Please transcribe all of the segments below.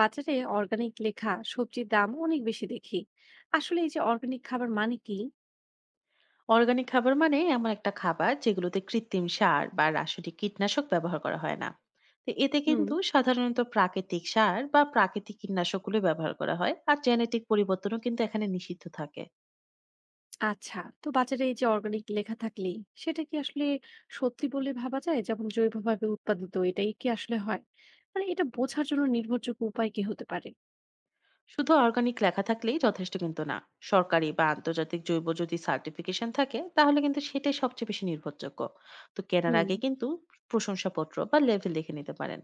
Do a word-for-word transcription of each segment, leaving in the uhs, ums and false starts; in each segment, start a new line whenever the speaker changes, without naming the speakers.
বাজারে অর্গানিক লেখা সবজির দাম অনেক বেশি দেখি। আসলে এই যে অর্গানিক খাবার মানে কি?
অর্গানিক খাবার মানে এমন একটা খাবার যেগুলোতে কৃত্রিম সার বা রাসায়নিক কীটনাশক ব্যবহার করা হয় না। তো এতে
হুম।
কিন্তু সাধারণত প্রাকৃতিক সার বা প্রাকৃতিক কীটনাশকগুলো ব্যবহার করা হয়, আর জেনেটিক পরিবর্তনও কিন্তু এখানে নিষিদ্ধ থাকে।
আচ্ছা। তো বাজারে এই যে অর্গানিক লেখা থাকলে সেটা কি আসলে সত্যি বলে ভাবা যায়, যেমন জৈবভাবে উৎপাদিত এটাই কি আসলে হয়? মানে এটা বোঝার জন্য নির্ভরযোগ্য উপায় কি হতে পারে?
শুধু অর্গানিক লেখা থাকলেই যথেষ্ট কিন্তু না। সরকারি বা আন্তর্জাতিক জৈব যদি সার্টিফিকেশন থাকে তাহলে কিন্তু সেটাই সবচেয়ে বেশি নির্ভরযোগ্য। তো কেনার
হুম।
আগে কিন্তু প্রশংসাপত্র বা লেভেল দেখে নিতে পারেন।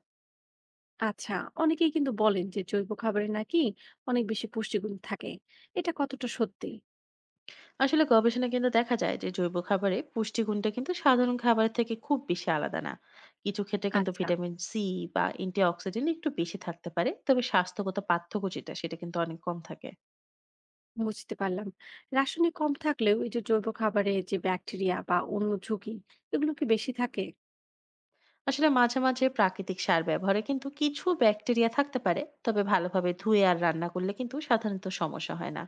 আচ্ছা। অনেকেই কিন্তু বলেন যে জৈব খাবারে নাকি অনেক বেশি পুষ্টিগুণ থাকে, এটা কতটা সত্যি?
আসলে গবেষণা কিন্তু দেখা যায় যে জৈব খাবারে পুষ্টিগুণটা কিন্তু সাধারণ খাবারের থেকে খুব বেশি আলাদা না। কিছু ক্ষেত্রে কিন্তু
আচ্ছা।
ভিটামিন সি বা অ্যান্টিঅক্সিডেন্ট একটু বেশি থাকতে পারে, তবে স্বাস্থ্যগত পার্থক্য যেটা সেটা কিন্তু অনেক কম থাকে।
বুঝতে পারলাম। রাসায়নিক কম থাকলেও এই যে জৈব খাবারে যে ব্যাকটেরিয়া বা অন্য ঝুঁকি, এগুলো কি বেশি থাকে?
আসলে মাঝে মাঝে প্রাকৃতিক সার ব্যবহারে কিন্তু কিছু ব্যাকটেরিয়া থাকতে পারে, তবে ভালোভাবে ধুয়ে আর রান্না করলে কিন্তু সাধারণত সমস্যা হয় না।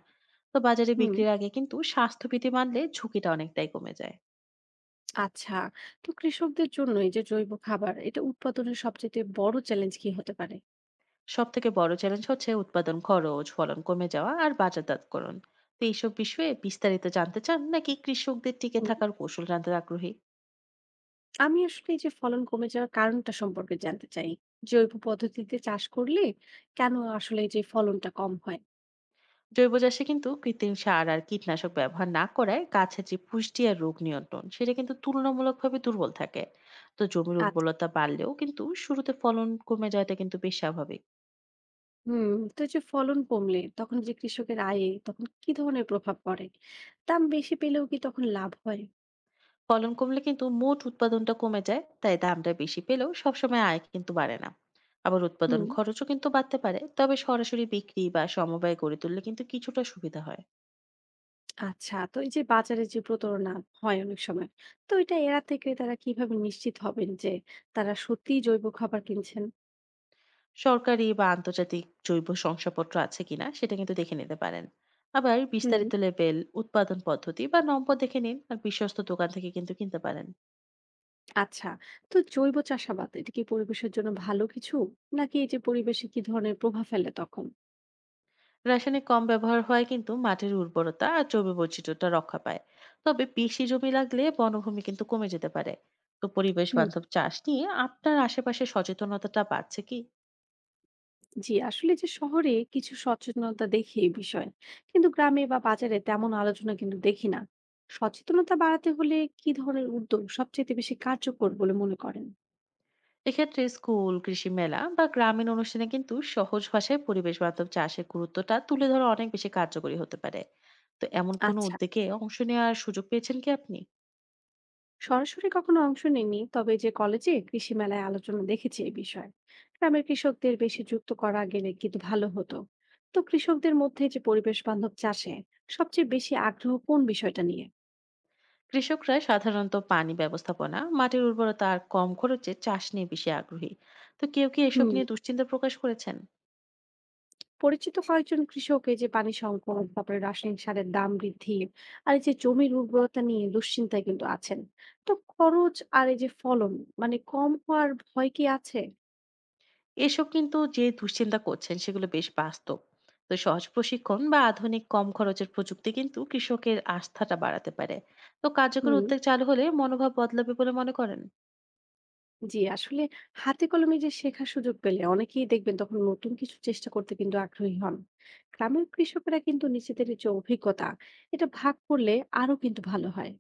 তো বাজারে
হুম।
বিক্রির আগে কিন্তু স্বাস্থ্যবিধি মানলে ঝুঁকিটা অনেকটাই কমে যায়।
আচ্ছা। তো কৃষকদের জন্য এই যে জৈব খাবার এটা উৎপাদনের সবচেয়ে বড় চ্যালেঞ্জ কি হতে পারে?
সবথেকে বড় চ্যালেঞ্জ হচ্ছে উৎপাদন খরচ, ফলন কমে যাওয়া আর বাজারজাতকরণ। তো এইসব বিষয়ে বিস্তারিত জানতে চান, নাকি কৃষকদের টিকে
হুম,
থাকার কৌশল জানতে আগ্রহী?
আমি আসলে এই যে ফলন কমে যাওয়ার কারণটা সম্পর্কে জানতে চাই। জৈব পদ্ধতিতে চাষ করলে কেন আসলে এই যে ফলনটা কম হয়?
জৈব চাষে কিন্তু কৃত্রিম সার আর কীটনাশক ব্যবহার না করায় গাছের যে পুষ্টি আর রোগ নিয়ন্ত্রণ সেটা কিন্তু তুলনামূলকভাবে দুর্বল থাকে। তো জমির
আচ্ছা।
উর্বরতা বাড়লেও কিন্তু শুরুতে ফলন কমে যাওয়াটা কিন্তু বেশ স্বাভাবিক।
হুম। তো এই যে ফলন কমলে তখন যে কৃষকের আয়ে তখন কি ধরনের প্রভাব পড়ে? দাম বেশি পেলেও কি তখন লাভ হয়?
ফলন কমলে কিন্তু মোট উৎপাদনটা কমে যায়, তাই দামটা বেশি পেলেও সবসময় আয় কিন্তু বাড়ে না। আবার উৎপাদন
হুম।
খরচও কিন্তু বাড়তে পারে, তবে সরাসরি বিক্রি বা সমবায় গড়ে তুললে কিন্তু কিছুটা সুবিধা হয়।
আচ্ছা, তো এই যে বাজারে যে প্রতারণা হয় অনেক সময়, তো এটা এড়াতে ক্রেতারা কিভাবে নিশ্চিত হবেন যে তারা সত্যিই জৈব খাবার কিনছেন?
সরকারি বা আন্তর্জাতিক জৈব শংসাপত্র আছে কিনা সেটা কিন্তু দেখে নিতে পারেন। আবার
হুম।
বিস্তারিত লেবেল, উৎপাদন পদ্ধতি বা নম্বর দেখে নিন, আর বিশ্বস্ত দোকান থেকে কিন্তু কিনতে পারেন।
আচ্ছা। তো জৈব চাষাবাদ এটা কি পরিবেশের জন্য ভালো কিছু, নাকি এই যে পরিবেশে কি ধরনের প্রভাব ফেলে তখন?
রাসায়নিক কম ব্যবহার হয় কিন্তু মাটির উর্বরতা আর জৈব বৈচিত্র্যটা রক্ষা পায়। তবে বেশি জমি লাগলে বনভূমি কিন্তু কমে যেতে পারে। তো পরিবেশ
হুম।
বান্ধব চাষ নিয়ে আপনার আশেপাশে সচেতনতাটা বাড়ছে কি?
জি, আসলে যে শহরে কিছু সচেতনতা দেখি এই বিষয়ে, কিন্তু গ্রামে বা বাজারে তেমন আলোচনা কিন্তু দেখি না। সচেতনতা বাড়াতে হলে কি ধরনের উদ্যোগ সবচেয়ে বেশি কার্যকর বলে মনে করেন?
এক্ষেত্রে স্কুল, কৃষি মেলা বা গ্রামীণ অনুষ্ঠানে কিন্তু সহজ ভাষায় পরিবেশ বান্ধব চাষের গুরুত্বটা তুলে ধরা অনেক বেশি কার্যকরী হতে পারে। তো এমন কোনো
আচ্ছা।
উদ্যোগে অংশ নেওয়ার সুযোগ পেয়েছেন কি আপনি?
সরাসরি কখনো অংশ নিইনি, তবে যে কলেজে কৃষি মেলায় আলোচনা দেখেছি এই বিষয়ে। গ্রামের কৃষকদের বেশি যুক্ত করা গেলে কিন্তু ভালো হতো। তো কৃষকদের মধ্যে যে পরিবেশ বান্ধব চাষে সবচেয়ে বেশি আগ্রহ কোন বিষয়টা নিয়ে?
কৃষকরা সাধারণত পানি ব্যবস্থাপনা, মাটির উর্বরতা আর কম খরচে চাষ নিয়ে বেশি আগ্রহী। তো কেউ কি এসব
হুম।
নিয়ে দুশ্চিন্তা প্রকাশ করেছেন?
পরিচিত কয়েকজন কৃষক এই যে পানি সংকট, তারপরে রাসায়নিক সারের দাম বৃদ্ধি আর এই যে জমির উর্বরতা নিয়ে দুশ্চিন্তায় কিন্তু আছেন। তো খরচ আর এই যে ফলন মানে কম হওয়ার ভয় কি আছে?
এসব কিন্তু যে দুশ্চিন্তা করছেন সেগুলো বেশ বাস্তব। তো সহজ প্রশিক্ষণ বা আধুনিক কম খরচের প্রযুক্তি কিন্তু কৃষকের আস্থাটা বাড়াতে পারে। তো কার্যকর
হুম।
উদ্যোগ চালু হলে মনোভাব বদলাবে বলে মনে করেন?
জি, আসলে হাতে কলমে যে শেখার সুযোগ পেলে অনেকেই দেখবেন তখন নতুন কিছু চেষ্টা করতে কিন্তু আগ্রহী হন। গ্রামের কৃষকেরা কিন্তু নিজেদের যে অভিজ্ঞতা এটা ভাগ করলে আরো কিন্তু ভালো হয়।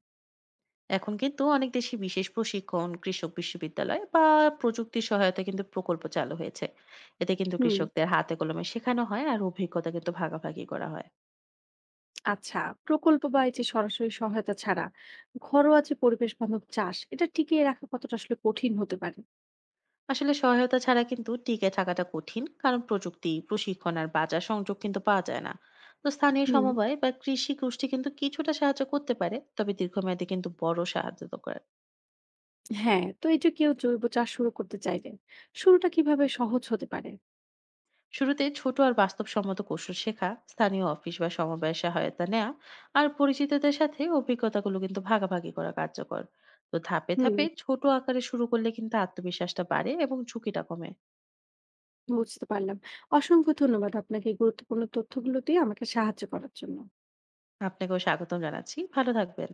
এখন কিন্তু অনেক দেশে বিশেষ প্রশিক্ষণ, কৃষক বিশ্ববিদ্যালয় বা প্রযুক্তি সহায়তা কিন্তু প্রকল্প চালু হয়েছে। এতে কিন্তু
হুম।
কৃষকদের হাতে কলমে শেখানো হয়, আর অভিজ্ঞতা কিন্তু ভাগাভাগি করা হয়।
আচ্ছা। প্রকল্প বা এই যে সরাসরি সহায়তা ছাড়া ঘরোয়া যে পরিবেশ বান্ধব চাষ এটা টিকিয়ে রাখা কতটা আসলে কঠিন হতে পারে?
আসলে সহায়তা ছাড়া কিন্তু টিকে থাকাটা কঠিন, কারণ প্রযুক্তি, প্রশিক্ষণ আর বাজার সংযোগ কিন্তু পাওয়া যায় না। তো স্থানীয়
হুম।
সমবায় বা কৃষি গোষ্ঠী কিন্তু কিছুটা সাহায্য করতে পারে, তবে দীর্ঘমেয়াদে কিন্তু বড় সাহায্য তো করে।
হ্যাঁ, তো এই যে কেউ জৈব চাষ শুরু করতে চাইলে শুরুটা কিভাবে সহজ হতে পারে?
শুরুতে ছোট আর বাস্তবসম্মত কৌশল শেখা, স্থানীয় অফিস বা সমবায়ের সহায়তা নেওয়া, আর পরিচিতদের সাথে অভিজ্ঞতাগুলো কিন্তু ভাগাভাগি করা কার্যকর। তো ধাপে
হুম।
ধাপে ছোট আকারে শুরু করলে কিন্তু আত্মবিশ্বাসটা বাড়ে এবং ঝুঁকিটা কমে।
বুঝতে পারলাম। অসংখ্য ধন্যবাদ আপনাকে এই গুরুত্বপূর্ণ তথ্যগুলো দিয়ে আমাকে সাহায্য করার জন্য।
আপনাকেও স্বাগতম জানাচ্ছি, ভালো থাকবেন।